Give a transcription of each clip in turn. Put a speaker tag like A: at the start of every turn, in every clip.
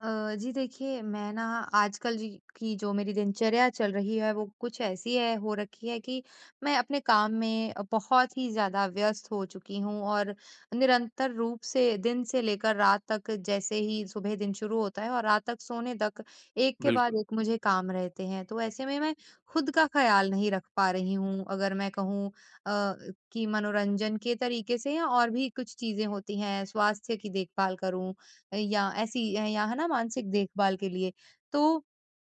A: जी देखिए मैं ना आजकल जी की जो मेरी दिनचर्या चल रही है वो कुछ ऐसी है हो रखी है कि मैं अपने काम में बहुत ही ज्यादा व्यस्त हो चुकी हूँ और निरंतर रूप से दिन से लेकर रात तक जैसे ही सुबह दिन शुरू होता है और रात तक सोने तक एक के बाद
B: बिल्कुल,
A: एक मुझे काम रहते हैं, तो ऐसे में मैं खुद का ख्याल नहीं रख पा रही हूँ। अगर मैं कहूँ अ, कि मनोरंजन के तरीके से या और भी कुछ चीजें होती हैं, स्वास्थ्य की देखभाल करूं या ऐसी या है ना मानसिक देखभाल के लिए। तो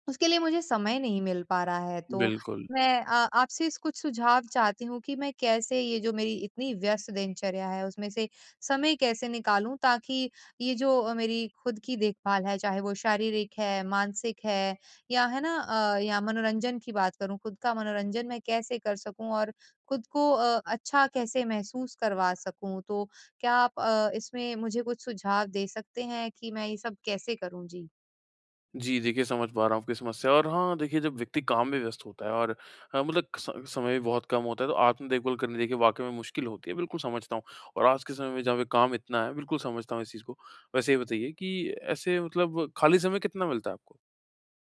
A: उसके लिए मुझे समय नहीं मिल पा रहा है, तो
B: बिल्कुल।
A: मैं आपसे इस कुछ सुझाव चाहती हूँ कि मैं कैसे ये जो मेरी इतनी व्यस्त दिनचर्या है, उसमें से समय कैसे निकालूँ, ताकि ये जो मेरी खुद की देखभाल है, चाहे वो शारीरिक है, मानसिक है या है ना या मनोरंजन की बात करूँ, खुद का मनोरंजन मैं कैसे कर सकूँ और खुद को अच्छा कैसे महसूस करवा सकूँ? तो क्या आप इसमें मुझे कुछ सुझाव दे सकते हैं कि मैं ये सब कैसे करूँ? जी।
B: जी, देखिए समझ पा रहा हूँ आपकी समस्या और हाँ, देखिए जब व्यक्ति काम में व्यस्त होता है और मतलब स समय भी बहुत कम होता है तो आत्म देखभाल करनी देखिए वाक़ई में मुश्किल होती है, बिल्कुल समझता हूँ। और आज के समय में जहाँ पे काम इतना है, बिल्कुल समझता हूँ इस चीज़ को। वैसे ये बताइए कि ऐसे मतलब खाली समय कितना मिलता है आपको?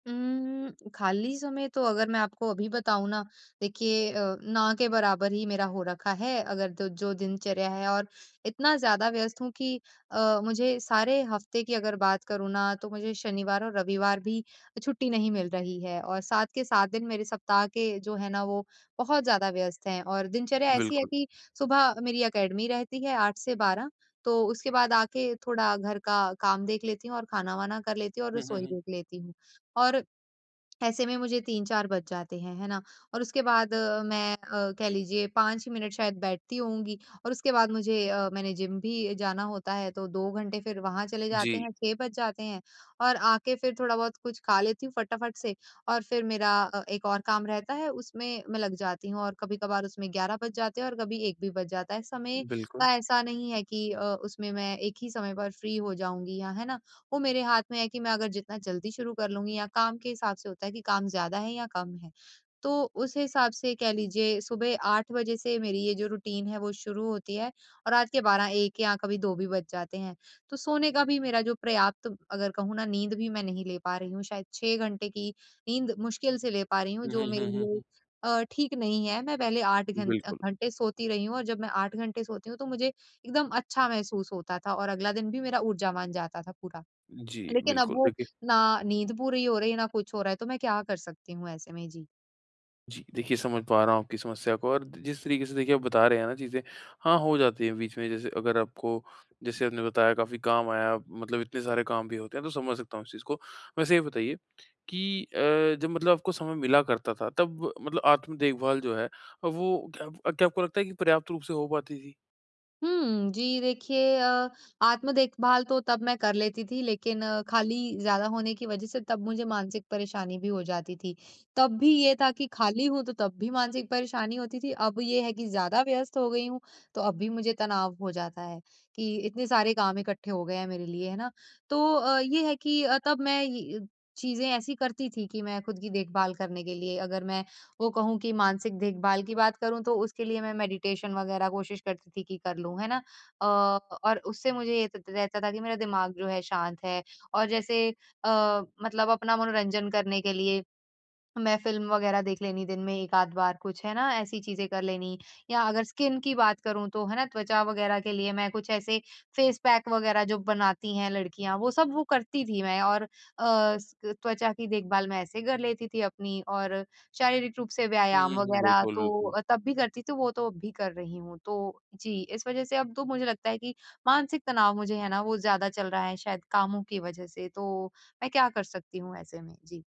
A: खाली समय तो अगर मैं आपको अभी बताऊँ ना, देखिए ना के बराबर ही मेरा हो रखा है। अगर तो जो दिनचर्या है और इतना ज़्यादा व्यस्त हूँ कि मुझे सारे हफ्ते की अगर बात करूँ ना, तो मुझे शनिवार और रविवार भी छुट्टी नहीं मिल रही है और साथ के 7 दिन मेरे सप्ताह के जो है ना, वो बहुत ज़्यादा व्यस्त हैं और दिनचर्या ऐसी है
B: बिल्कुल।
A: कि सुबह मेरी अकेडमी रहती है 8 से 12। तो उसके बाद आके थोड़ा घर का काम देख लेती हूँ और खाना-वाना कर लेती हूँ और
B: हुँ, हुँ,
A: रसोई
B: हुँ।
A: देख लेती हूँ। और ऐसे में मुझे 3-4 बज जाते हैं, है ना? और उसके बाद कह लीजिए 5 मिनट शायद बैठती होंगी और उसके बाद मैंने जिम भी जाना होता है, तो 2 घंटे फिर वहाँ चले जाते
B: जी,
A: हैं, 6 बज जाते हैं और आके फिर थोड़ा बहुत कुछ खा लेती हूँ फटाफट से और फिर मेरा एक और काम रहता है, उसमें मैं लग जाती हूँ और कभी-कभार उसमें 11 बज जाते हैं और कभी 1 भी बज जाता है। समय का
B: बिल्कुल।
A: ऐसा नहीं है कि उसमें मैं एक ही समय पर फ्री हो जाऊँगी, या है ना? वो मेरे हाथ में है कि मैं अगर जितना जल्दी शुरू कर लूँगी या काम के हिसाब से होता है कि काम ज़्यादा है या कम है। तो उस हिसाब से कह लीजिए सुबह 8 बजे से मेरी ये जो रूटीन है वो शुरू होती है और रात के 12-1 या कभी 2 भी बज जाते हैं। तो सोने का भी मेरा जो पर्याप्त अगर कहूँ ना नींद भी मैं नहीं ले पा रही हूँ, शायद 6 घंटे की नींद मुश्किल से ले पा रही हूँ,
B: हुँ, हुँ,
A: जो मेरे
B: हुँ, हुँ,
A: लिए
B: हुँ।
A: ठीक नहीं है। मैं पहले 8 घं
B: बिल्कुल।
A: घंटे सोती रही हूँ और जब मैं 8 घंटे सोती हूँ तो मुझे एकदम अच्छा महसूस होता था और अगला दिन भी मेरा ऊर्जावान जाता था पूरा।
B: जी,
A: लेकिन अब
B: बिल्कुल।
A: वो
B: देखिए
A: ना नींद पूरी हो रही है, ना कुछ हो रहा है, तो मैं क्या कर सकती हूँ ऐसे में? जी।
B: जी, देखिए समझ पा रहा हूँ आपकी समस्या को और जिस तरीके से देखिए आप बता रहे हैं ना चीज़ें, हाँ, हो जाती हैं बीच में जैसे अगर आपको जैसे आपने बताया काफ़ी काम आया मतलब इतने सारे काम भी होते हैं तो समझ सकता हूँ इस चीज़ को। वैसे ये बताइए कि जब मतलब आपको समय मिला करता था तब मतलब आत्म देखभाल जो है वो क्या क्या आपको लगता है कि पर्याप्त रूप से हो पाती थी?
A: हुँ, जी देखिए आत्म देखभाल तो तब मैं कर लेती थी, लेकिन खाली ज़्यादा होने की वज़ह से तब मुझे मानसिक परेशानी भी हो जाती थी। तब भी ये था कि खाली हूँ, तो तब भी मानसिक परेशानी होती थी। अब ये है कि ज़्यादा व्यस्त हो गई हूँ, तो अब भी मुझे तनाव हो जाता है कि इतने सारे काम इकट्ठे हो गए हैं मेरे लिए, है ना? तो अ, ये है कि अ, तब मैं ये चीज़ें ऐसी करती थी कि मैं खुद की देखभाल करने के लिए अगर मैं वो कहूँ कि मानसिक देखभाल की बात करूँ, तो उसके लिए मैं मेडिटेशन वगैरह कोशिश करती थी कि कर लूँ, है ना? अ, और उससे मुझे ये त रहता था कि मेरा दिमाग जो है शांत है। और जैसे मतलब अपना मनोरंजन करने के लिए मैं फ़िल्म वग़ैरह देख लेनी दिन में 1 आध बार कुछ, है ना? ऐसी चीज़ें कर लेनी, या अगर स्किन की बात करूँ तो, है ना? त्वचा वग़ैरह के लिए मैं कुछ ऐसे फ़ेस पैक वग़ैरह जो बनाती हैं लड़कियाँ, वो सब वो करती थी मैं और अ, स त्वचा की देखभाल मैं ऐसे कर लेती थी अपनी, और शारीरिक रूप से
B: हुँ,
A: व्यायाम
B: हुँ, हुँ,
A: वग़ैरह
B: बिल्कुल,
A: तो
B: बिल्कुल।
A: तब भी करती थी, वो तो अब भी कर रही हूँ। तो जी, इस वज़ह से अब तो मुझे लगता है कि मानसिक तनाव मुझे है ना, वो ज़्यादा चल रहा है शायद कामों की वज़ह से, तो मैं क्या कर सकती हूँ ऐसे में? जी।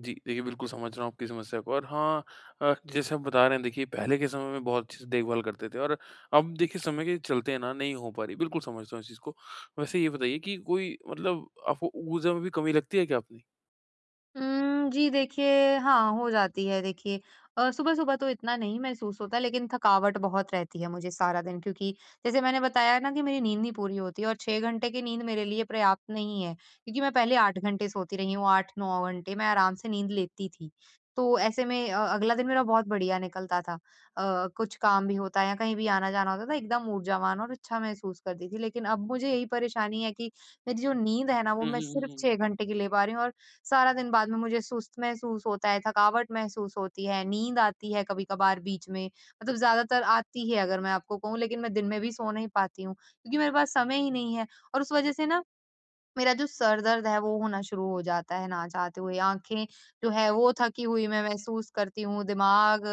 B: जी, देखिए बिल्कुल समझ रहा हूँ आपकी समस्या को और हाँ जैसे आप बता रहे हैं देखिए पहले के समय में बहुत अच्छे से देखभाल करते थे और अब देखिए समय के चलते है ना नहीं हो पा रही। बिल्कुल समझता हूँ इस चीज़ को। वैसे ये बताइए कि कोई मतलब आपको ऊर्जा में भी कमी लगती है क्या अपनी?
A: जी देखिए, हाँ, हो जाती है देखिए। सुबह-सुबह तो इतना नहीं महसूस होता, लेकिन थकावट बहुत रहती है मुझे सारा दिन क्योंकि जैसे मैंने बताया ना कि मेरी नींद नहीं पूरी होती और 6 घंटे की नींद मेरे लिए पर्याप्त नहीं है क्योंकि मैं पहले 8 घंटे सोती रही हूँ, 8-9 घंटे मैं आराम से नींद लेती थी। तो ऐसे में अगला दिन मेरा बहुत बढ़िया निकलता था। कुछ काम भी होता है या कहीं भी आना-जाना होता था, एकदम ऊर्जावान और अच्छा महसूस करती थी। लेकिन अब मुझे यही परेशानी है कि मेरी जो नींद है ना, वो
B: हुँ,
A: मैं
B: हुँ,
A: सिर्फ़ 6
B: हुँ,
A: घंटे की ले पा रही हूँ और सारा दिन बाद में मुझे सुस्त महसूस होता है, थकावट महसूस होती है, नींद आती है कभी-कभार बीच में, मतलब ज़्यादातर आती है अगर मैं आपको कहूँ, लेकिन मैं दिन में भी सो नहीं पाती हूँ क्योंकि मेरे पास समय ही नहीं है। और उस वज़ह से ना मेरा जो सर दर्द है वो होना शुरू हो जाता है ना चाहते हुए, आँखें जो है वो थकी हुई मैं महसूस करती हूँ, दिमाग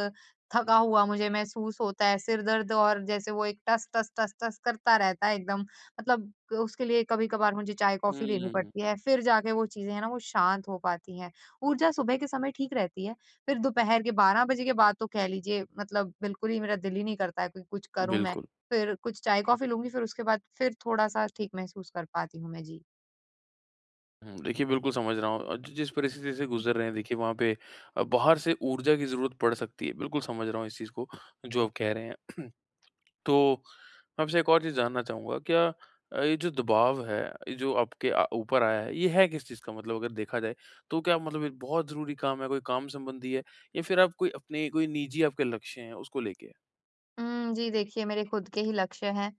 A: थका हुआ मुझे महसूस होता है, सिर दर्द और जैसे वो एक टस, टस, टस, टस करता रहता है एकदम, मतलब उसके लिए कभी-कभार मुझे
B: हुँ,
A: चाय-कॉफ़ी लेनी
B: हुँ।
A: पड़ती है, फिर जाके वो चीज़ें हैं ना वो शांत हो पाती हैं। ऊर्जा सुबह के समय ठीक रहती है, फिर दोपहर के 12 बजे के बाद तो कह लीजिए मतलब बिल्कुल ही मेरा दिल ही नहीं करता है कि कुछ
B: हुँ,
A: करूँ मैं,
B: बिल्कुल।
A: फिर कुछ चाय-कॉफ़ी लूँगी, फिर उसके बाद फिर थोड़ा-सा ठीक महसूस कर पाती हूँ मैं। जी।
B: हुँ, देखिए बिल्कुल समझ रहा हूँ और ज जिस परिस्थिति से गुज़र रहे हैं देखिए वहाँ पे बाहर से ऊर्जा की ज़रूरत पड़ सकती है। बिल्कुल समझ रहा हूँ इस चीज़ को जो आप कह रहे हैं। तो मैं आपसे एक और चीज़ जानना चाहूँगा, क्या ये जो दबाव है, ये जो आपके ऊपर आया है, ये है किस चीज़ का? मतलब अगर देखा जाए, तो क्या मतलब ये बहुत ज़रूरी काम है, कोई काम संबंधी है या फिर आप कोई अपने कोई निजी आपके लक्ष्य हैं, उसको लेके है?
A: हुँ, जी देखिए मेरे खुद के ही लक्ष्य हैं।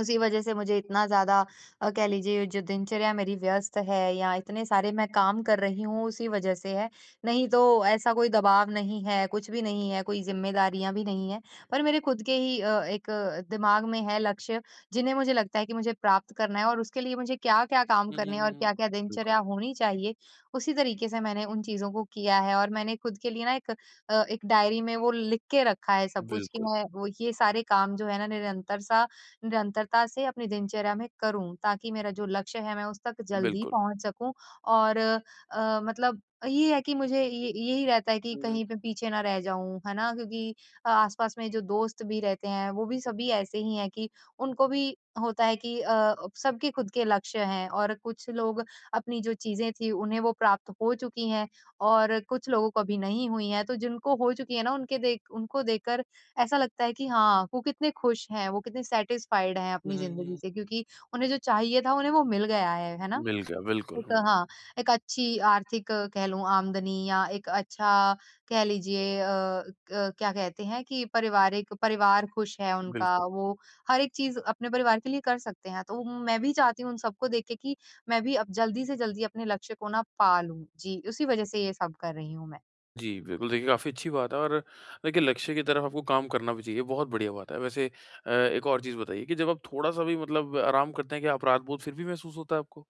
A: उसी वजह से मुझे इतना ज़्यादा कह लीजिए जो दिनचर्या मेरी व्यस्त है या इतने सारे मैं काम कर रही हूँ उसी वजह से है। नहीं तो ऐसा कोई दबाव नहीं है, कुछ भी नहीं है, कोई ज़िम्मेदारियाँ भी नहीं है। पर मेरे खुद के ही एक दिमाग में है लक्ष्य, जिन्हें मुझे लगता है कि मुझे प्राप्त करना है और उसके लिए मुझे क्या-क्या काम
B: हुँ, हुँ,
A: करने हैं और
B: हुँ।
A: क्या-क्या
B: बिल्कुल,
A: दिनचर्या होनी चाहिए, उसी तरीके से मैंने उन चीज़ों को किया है। और मैंने खुद के लिए ना एक डायरी में वो लिख के रखा है सब कुछ कि
B: बिल्कुल,
A: मैं वो ये सारे काम जो है ना निरंतर-सा निरंतरता से अपनी दिनचर्या में करूँ, ताकि मेरा जो लक्ष्य है मैं उस तक जल्दी
B: बिल्कुल।
A: पहुँच सकूँ। और मतलब ये है कि मुझे ये यही रहता है कि
B: हुँ,
A: कहीं पे
B: हुँ।
A: पीछे ना रह जाऊँ, है ना? क्योंकि आस-पास में जो दोस्त भी रहते हैं, वो भी सभी ऐसे ही हैं कि उनको भी होता है कि सबके खुद के लक्ष्य हैं और कुछ लोग अपनी जो चीज़ें थी उन्हें वो प्राप्त हो चुकी हैं और कुछ लोगों को अभी नहीं हुई हैं। तो जिनको हो चुकी है ना उनके देख उनको देखकर ऐसा लगता है कि हाँ, वो कितने खुश हैं, वो कितने सैटिस्फाइड हैं
B: हुँ,
A: अपनी
B: हुँ,
A: ज़िंदगी
B: हुँ।
A: से, क्योंकि उन्हें जो चाहिए था उन्हें वो मिल गया है ना?
B: मिल गया, बिल्कुल,
A: एक
B: हुँ,
A: हाँ, एक अच्छी आर्थिक कह लूँ आमदनी, या एक अच्छा कह लीजिए अ, क क्या कहते हैं कि पारिवारिक परिवार खुश है उनका,
B: बिल्कुल।
A: वो हर एक चीज़ अपने परिवार के लिए कर सकते हैं। तो मैं भी चाहती हूँ उन सबको देख के कि मैं भी अब जल्दी से जल्दी अपने लक्ष्य को ना पा लूँ। जी, उसी वज़ह से ये सब कर रही हूँ मैं।
B: जी, बिल्कुल, देखिए काफ़ी अच्छी बात है और देखिए लक्ष्य की तरफ आपको काम करना भी चाहिए, बहुत बढ़िया बात है। वैसे एक और चीज़ बताइए कि जब आप थोड़ा-सा भी मतलब आराम करते हैं, क्या अपराध बोध फिर भी महसूस होता है आपको?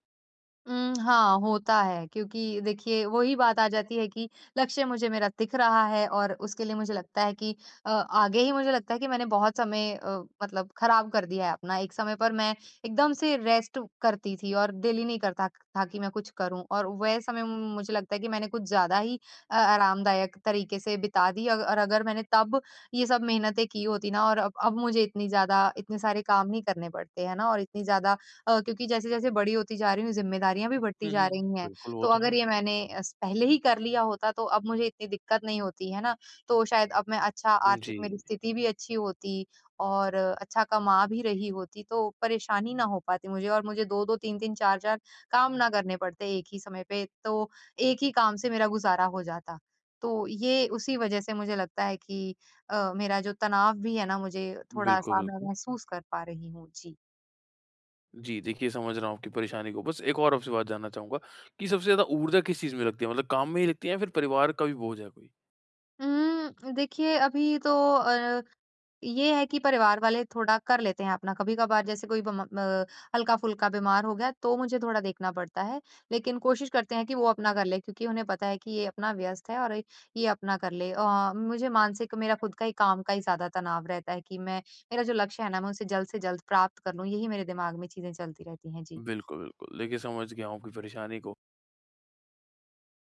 A: हाँ, होता है क्योंकि देखिए वही बात आ जाती है कि लक्ष्य मुझे मेरा दिख रहा है और उसके लिए मुझे लगता है कि आगे ही मुझे लगता है कि मैंने बहुत समय मतलब खराब कर दिया है अपना। एक समय पर मैं एकदम से रेस्ट करती थी और दिल ही नहीं करता था कि मैं कुछ करूँ, और वह समय मुझे लगता है कि मैंने कुछ ज़्यादा ही आरामदायक तरीके से बिता दी। अग और अगर मैंने तब ये सब मेहनतें की होती ना और अब मुझे इतनी ज़्यादा इतने सारे काम नहीं करने पड़ते, है ना? और इतनी ज़्यादा क्योंकि जैसे-जैसे बड़ी होती जा रही हूँ, ज़िम्मेदारियाँ भी बढ़ती
B: हुँ, हुँ,
A: जा
B: हुँ।
A: रही हैं।
B: बिल्कुल, वो
A: तो
B: तो है।
A: अगर ये मैंने अस पहले ही कर लिया होता तो अब मुझे इतनी दिक्कत नहीं होती, है ना? तो शायद अब मैं अच्छा
B: जी,
A: आर्थिक मेरी स्थिति भी अच्छी होती और अच्छा कमा भी रही होती, तो परेशानी ना हो पाती मुझे और मुझे 2-2 3-3 4-4 काम ना करने पड़ते एक ही समय पे, तो एक ही काम से मेरा गुज़ारा हो जाता। तो ये उसी वज़ह से मुझे लगता है कि मेरा जो तनाव भी है ना, मुझे
B: बिल्कुल,
A: थोड़ा-सा मैं
B: बिल्कुल।
A: महसूस कर पा रही हूँ। जी।
B: जी, देखिए समझ रहा हूँ आपकी परेशानी को। बस एक और आपसे बात जानना चाहूँगा कि सबसे ज़्यादा ऊर्जा किस चीज़ में लगती है? मतलब काम में ही लगती है या फिर परिवार का भी बोझ है कोई?
A: हुँ, देखिए अभी तो अ, ये है कि परिवार वाले थोड़ा कर लेते हैं अपना, कभी-कभार जैसे हल्का-फुल्का बीमार हो गया तो मुझे थोड़ा देखना पड़ता है, लेकिन कोशिश करते हैं कि वो अपना कर ले क्योंकि उन्हें पता है कि ये अपना व्यस्त है और ये अपना कर ले। मुझे मानसिक मेरा खुद का ही काम का ही ज़्यादा तनाव रहता है कि मैं मेरा जो लक्ष्य है ना मैं उसे जल्द से जल्द प्राप्त कर लूँ, यही मेरे दिमाग में चीज़ें चलती रहती हैं। जी।
B: बिल्कुल, बिल्कुल। देखिए समझ गया हूँ आपकी परेशानी को।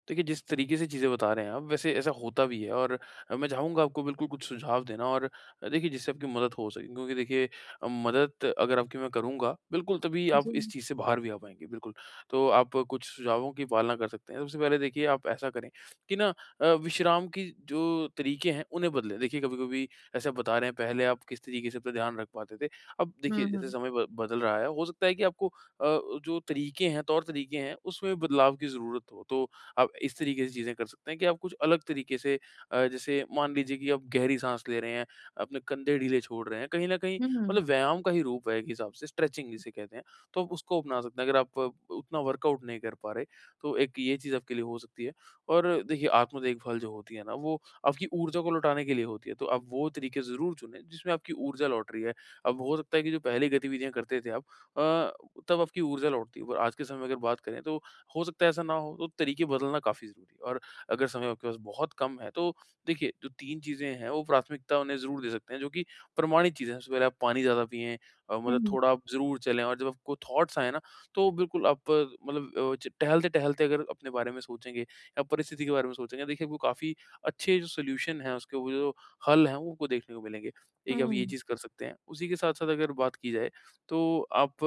B: देखिए, जिस तरीके से चीज़ें बता रहे हैं आप, वैसे ऐसा होता भी है और मैं चाहूँगा आपको बिल्कुल कुछ सुझाव देना और देखिए जिससे आपकी मदद हो सके क्योंकि देखिए मदद अगर आपकी मैं करूँगा, बिल्कुल तभी आप
A: जी।
B: इस चीज़ से बाहर भी आ पाएँगे, बिल्कुल। तो आप कुछ सुझावों की पालना कर सकते हैं। सबसे पहले देखिए आप ऐसा करें कि ना विश्राम की जो तरीके हैं, उन्हें बदलें। देखिए कभी-कभी ऐसे आप बता रहे हैं, पहले आप किस तरीके से अपना ध्यान रख पाते थे। अब देखिए
A: हुँ,
B: जैसे
A: हुँ।
B: समय ब बदल रहा है, हो सकता है कि आपको जो तरीके हैं, तौर तरीके हैं, उसमें बदलाव की ज़रूरत हो। तो आप इस तरीके से चीज़ें कर सकते हैं कि आप कुछ अलग तरीके से जैसे मान लीजिए कि आप गहरी साँस ले रहे हैं, अपने कंधे ढीले छोड़ रहे हैं, कहीं न कहीं
A: हुँ,
B: मतलब
A: हुँ।
B: व्यायाम का ही रूप है एक हिसाब से स्ट्रेचिंग जिसे कहते हैं, तो आप उसको अपना सकते हैं। अगर आप उतना वर्कआउट नहीं कर पा रहे, तो एक ये चीज़ आपके लिए हो सकती है और देखिए आत्म देखभाल जो होती है ना, वो आपकी ऊर्जा को लौटाने के लिए होती है, तो आप वो तरीके ज़रूर चुनें जिसमें आपकी ऊर्जा लौट रही है। अब हो सकता है कि जो पहले गतिविधियाँ करते थे आप तब आपकी ऊर्जा लौटती है, पर आज के समय में अगर बात करें तो हो सकता है ऐसा ना हो, तो तरीके बदलना काफ़ी ज़रूरी है और अगर समय आपके पास बहुत कम है, तो देखिए, जो 3 चीज़ें हैं, वो प्राथमिकता उन्हें ज़रूर दे सकते हैं, जो कि प्रमाणित चीज़ें हैं। सबसे पहले आप पानी ज़्यादा पिएँ मतलब
A: हुँ,
B: थोड़ा आप ज़रूर चलें और जब आपको थॉट्स आएँ ना, तो बिल्कुल आप अ, मतलब अ, च टहलते-टहलते अगर अपने बारे में सोचेंगे या परिस्थिति के बारे में सोचेंगे, देखिए, आपको काफ़ी अच्छे जो सॉल्यूशन हैं, उसके वो जो हल हैं, वो आपको देखने को मिलेंगे। एक आप ये
A: हुँ।
B: चीज़ कर सकते हैं। उसी के साथ-साथ अगर बात की जाए, तो आप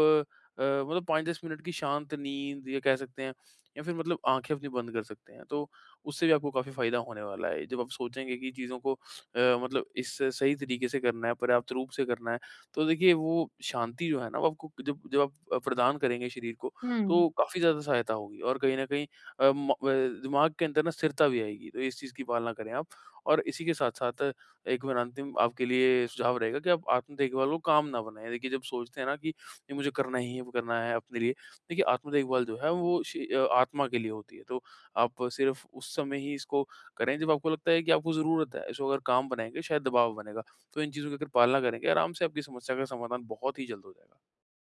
B: मतलब 5-10 मिनट की शांत नींद या कह सकते हैं या फिर मतलब आँखें अपनी बंद कर सकते हैं। तो उससे भी आपको काफ़ी फ़ायदा होने वाला है। जब आप सोचेंगे कि चीज़ों को मतलब इस सही तरीके से करना है, पर्याप्त रूप से करना है, तो देखिए वो शांति जो है ना, वो आपको जब जब आप प्रदान करेंगे शरीर को,
A: हुँ।
B: तो काफ़ी ज़्यादा सहायता होगी और कहीं न कहीं अ, म अ, दिमाग के अंदर ना स्थिरता भी आएगी। तो इस चीज़ की पालना करें आप और इसी के साथ-साथ एक मेरा अंतिम आपके लिए सुझाव रहेगा कि आप आत्म-देखभाल को काम ना बनाएँ। देखिए, जब सोचते हैं ना कि ये मुझे करना ही है, वो करना है अपने लिए, देखिए आत्म देखभाल जो है वो आत्मा के लिए होती है तो आप सिर्फ उस समय ही इसको करें जब आपको लगता है कि आपको ज़रूरत है इसको अगर काम बनाएंगे शायद दबाव बनेगा तो इन चीज़ों की अगर पालना करेंगे आराम से आपकी समस्या का समाधान बहुत ही जल्द हो जाएगा।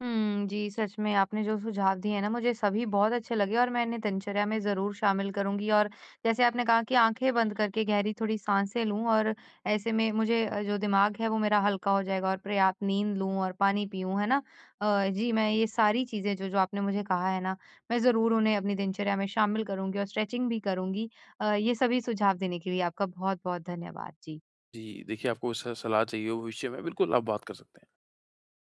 A: हुँ, जी, सच में आपने जो सुझाव दिए हैं ना मुझे सभी बहुत अच्छे लगे और मैं इन्हें दिनचर्या में ज़रूर शामिल करूँगी। और जैसे आपने कहा कि आँखें बंद करके गहरी थोड़ी साँसें लूँ और ऐसे में मुझे जो दिमाग है वो मेरा हल्का हो जाएगा और पर्याप्त नींद लूँ और पानी पीऊँ, है ना? जी, मैं ये सारी चीज़ें जो-जो आपने मुझे कहा है ना, मैं ज़रूर उन्हें अपनी दिनचर्या में शामिल करूँगी और स्ट्रेचिंग भी करूँगी। ये सभी सुझाव देने के लिए आपका बहुत-बहुत धन्यवाद। जी।
B: जी देखिए आपको सलाह चाहिए हो भविष्य में बिल्कुल आप बात कर सकते हैं।